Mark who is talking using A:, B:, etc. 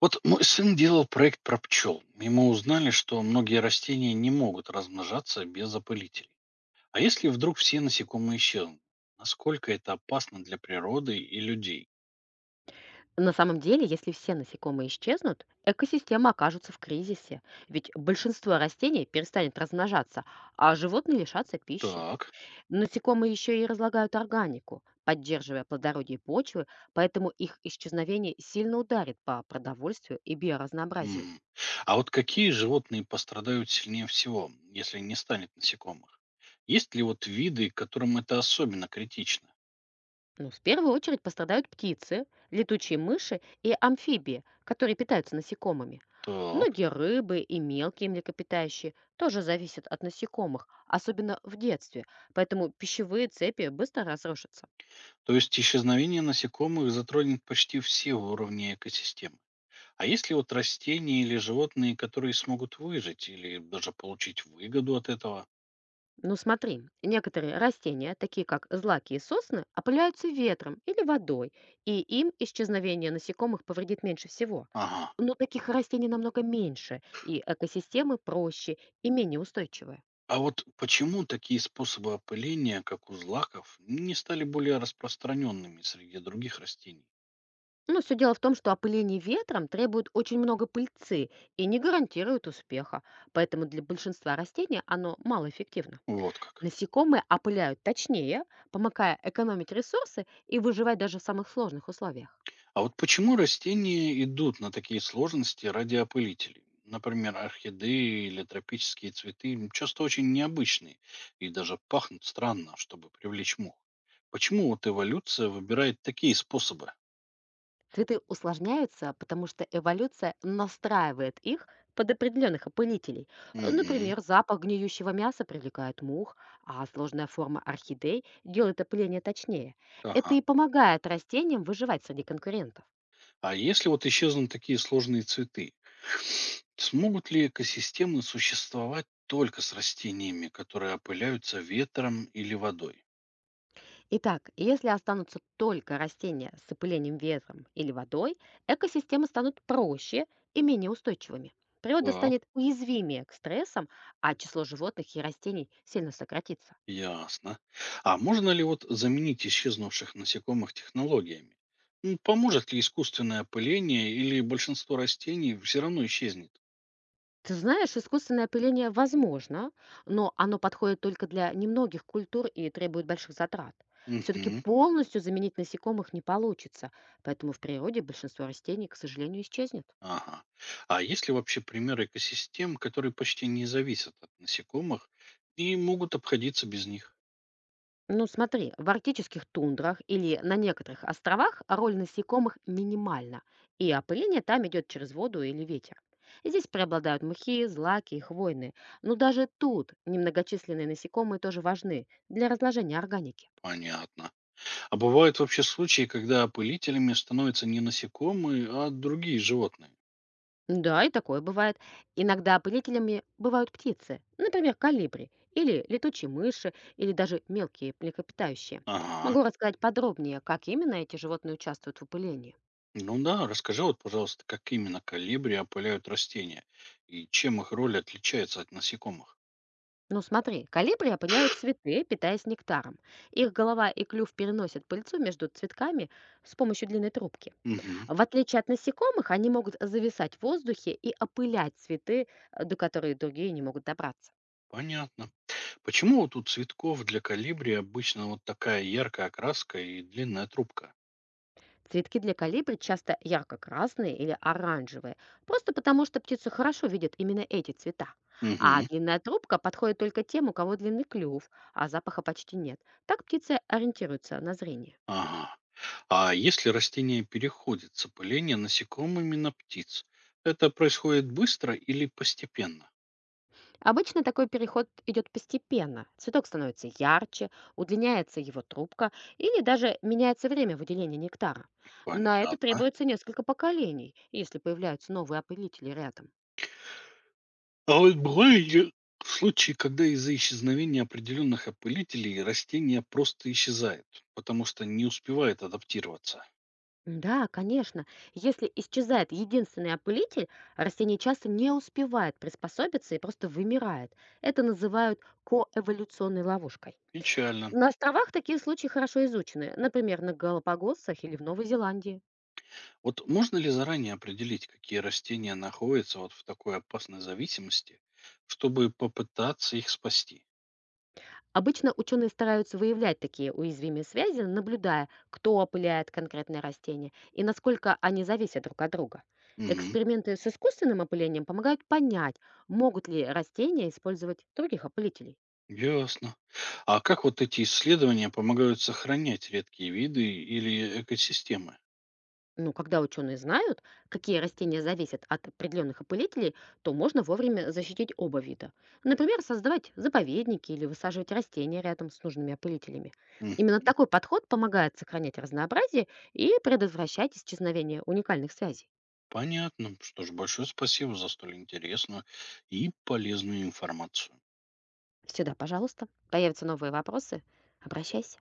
A: Вот мой сын делал проект про пчел. И мы узнали, что многие растения не могут размножаться без опылителей. А если вдруг все насекомые исчезнут? Насколько это опасно для природы и людей?
B: На самом деле, если все насекомые исчезнут, экосистема окажется в кризисе, ведь большинство растений перестанет размножаться, а животные лишатся пищи.
A: Так.
B: Насекомые еще и разлагают органику, поддерживая плодородие почвы, поэтому их исчезновение сильно ударит по продовольствию и биоразнообразию.
A: Мгм. А вот какие животные пострадают сильнее всего, если не станет насекомых? Есть ли вот виды, которым это особенно критично?
B: Ну, в первую очередь пострадают птицы, летучие мыши и амфибии, которые питаются насекомыми.
A: Так.
B: Многие рыбы и мелкие млекопитающие тоже зависят от насекомых, особенно в детстве, поэтому пищевые цепи быстро разрушатся.
A: То есть исчезновение насекомых затронет почти все уровни экосистемы. А есть ли вот растения или животные, которые смогут выжить или даже получить выгоду от этого?
B: Ну смотри, некоторые растения, такие как злаки и сосны, опыляются ветром или водой, и им исчезновение насекомых повредит меньше всего.
A: Ага.
B: Но таких растений намного меньше, и экосистемы проще и менее устойчивые.
A: А вот почему такие способы опыления, как у злаков, не стали более распространенными среди других растений?
B: Но все дело в том, что опыление ветром требует очень много пыльцы и не гарантирует успеха, поэтому для большинства растений оно малоэффективно.
A: Вот как.
B: Насекомые опыляют точнее, помогая экономить ресурсы и выживать даже в самых сложных условиях.
A: А вот почему растения идут на такие сложности ради опылителей? Например, орхидеи или тропические цветы, часто очень необычные и даже пахнут странно, чтобы привлечь мух. Почему вот эволюция выбирает такие способы?
B: Цветы усложняются, потому что эволюция настраивает их под определенных опылителей.
A: Угу.
B: Например, запах гниющего мяса привлекает мух, а сложная форма орхидей делает опыление точнее. Это
A: Ага.
B: и помогает растениям выживать среди конкурентов.
A: А если вот исчезнут такие сложные цветы, смогут ли экосистемы существовать только с растениями, которые опыляются ветром или водой?
B: Итак, если останутся только растения с опылением ветром или водой, экосистемы станут проще и менее устойчивыми. Природа
A: Так,
B: станет уязвимее к стрессам, а число животных и растений сильно сократится.
A: ясно. А можно ли вот заменить исчезнувших насекомых технологиями? Ну, поможет ли искусственное опыление или большинство растений все равно исчезнет?
B: Ты знаешь, искусственное опыление возможно, но оно подходит только для немногих культур и требует больших затрат. Все-таки
A: Мгм.
B: полностью заменить насекомых не получится, поэтому в природе большинство растений, к сожалению, исчезнет.
A: Ага. А есть ли вообще примеры экосистем, которые почти не зависят от насекомых и могут обходиться без них?
B: Ну смотри, в арктических тундрах или на некоторых островах роль насекомых минимальна, и опыление там идет через воду или ветер. Здесь преобладают мхи, злаки и хвойные, но даже тут немногочисленные насекомые тоже важны для разложения органики.
A: Понятно. А бывают вообще случаи, когда опылителями становятся не насекомые, а другие животные?
B: Да, и такое бывает. Иногда опылителями бывают птицы, например, колибри, или летучие мыши, или даже мелкие млекопитающие.
A: Ага.
B: Могу рассказать подробнее, как именно эти животные участвуют в опылении.
A: Ну да, расскажи вот, пожалуйста, как именно колибри опыляют растения и чем их роль отличается от насекомых?
B: Ну смотри, колибри опыляют цветы, питаясь нектаром. Их голова и клюв переносят пыльцу между цветками с помощью длинной трубки.
A: Угу.
B: В отличие от насекомых, они могут зависать в воздухе и опылять цветы, до которых другие не могут добраться.
A: Понятно. Почему вот у цветков для колибри обычно вот такая яркая окраска и длинная трубка?
B: Цветки для колибри часто ярко-красные или оранжевые, просто потому что птицы хорошо видят именно эти цвета. А
A: Угу.
B: длинная трубка подходит только тем, у кого длинный клюв, а запаха почти нет. Так птицы ориентируются на зрение.
A: Ага. А если растение переходит с опыления насекомыми на птиц, это происходит быстро или постепенно?
B: Обычно такой переход идет постепенно. Цветок становится ярче, удлиняется его трубка или даже меняется время выделения нектара. На
A: Понятно.
B: это требуется несколько поколений, если появляются новые опылители рядом.
A: А вот бывают случаи, когда из-за исчезновения определенных опылителей растения просто исчезают, потому что не успевает адаптироваться?
B: Да, конечно. Если исчезает единственный опылитель, растение часто не успевает приспособиться и просто вымирает. Это называют коэволюционной ловушкой.
A: Печально.
B: На островах такие случаи хорошо изучены, например, на Галапагосах или в Новой Зеландии.
A: Вот можно ли заранее определить, какие растения находятся вот в такой опасной зависимости, чтобы попытаться их спасти?
B: Обычно ученые стараются выявлять такие уязвимые связи, наблюдая, кто опыляет конкретное растение и насколько они зависят друг от друга.
A: Мгм.
B: Эксперименты с искусственным опылением помогают понять, могут ли растения использовать других опылителей.
A: Ясно. А как вот эти исследования помогают сохранять редкие виды или экосистемы?
B: Ну, когда ученые знают, какие растения зависят от определенных опылителей, то можно вовремя защитить оба вида. Например, создавать заповедники или высаживать растения рядом с нужными опылителями. Именно такой подход помогает сохранять разнообразие и предотвращать исчезновение уникальных связей.
A: Понятно. Что ж, большое спасибо за столь интересную и полезную информацию.
B: Всегда, пожалуйста, появятся новые вопросы, обращайся.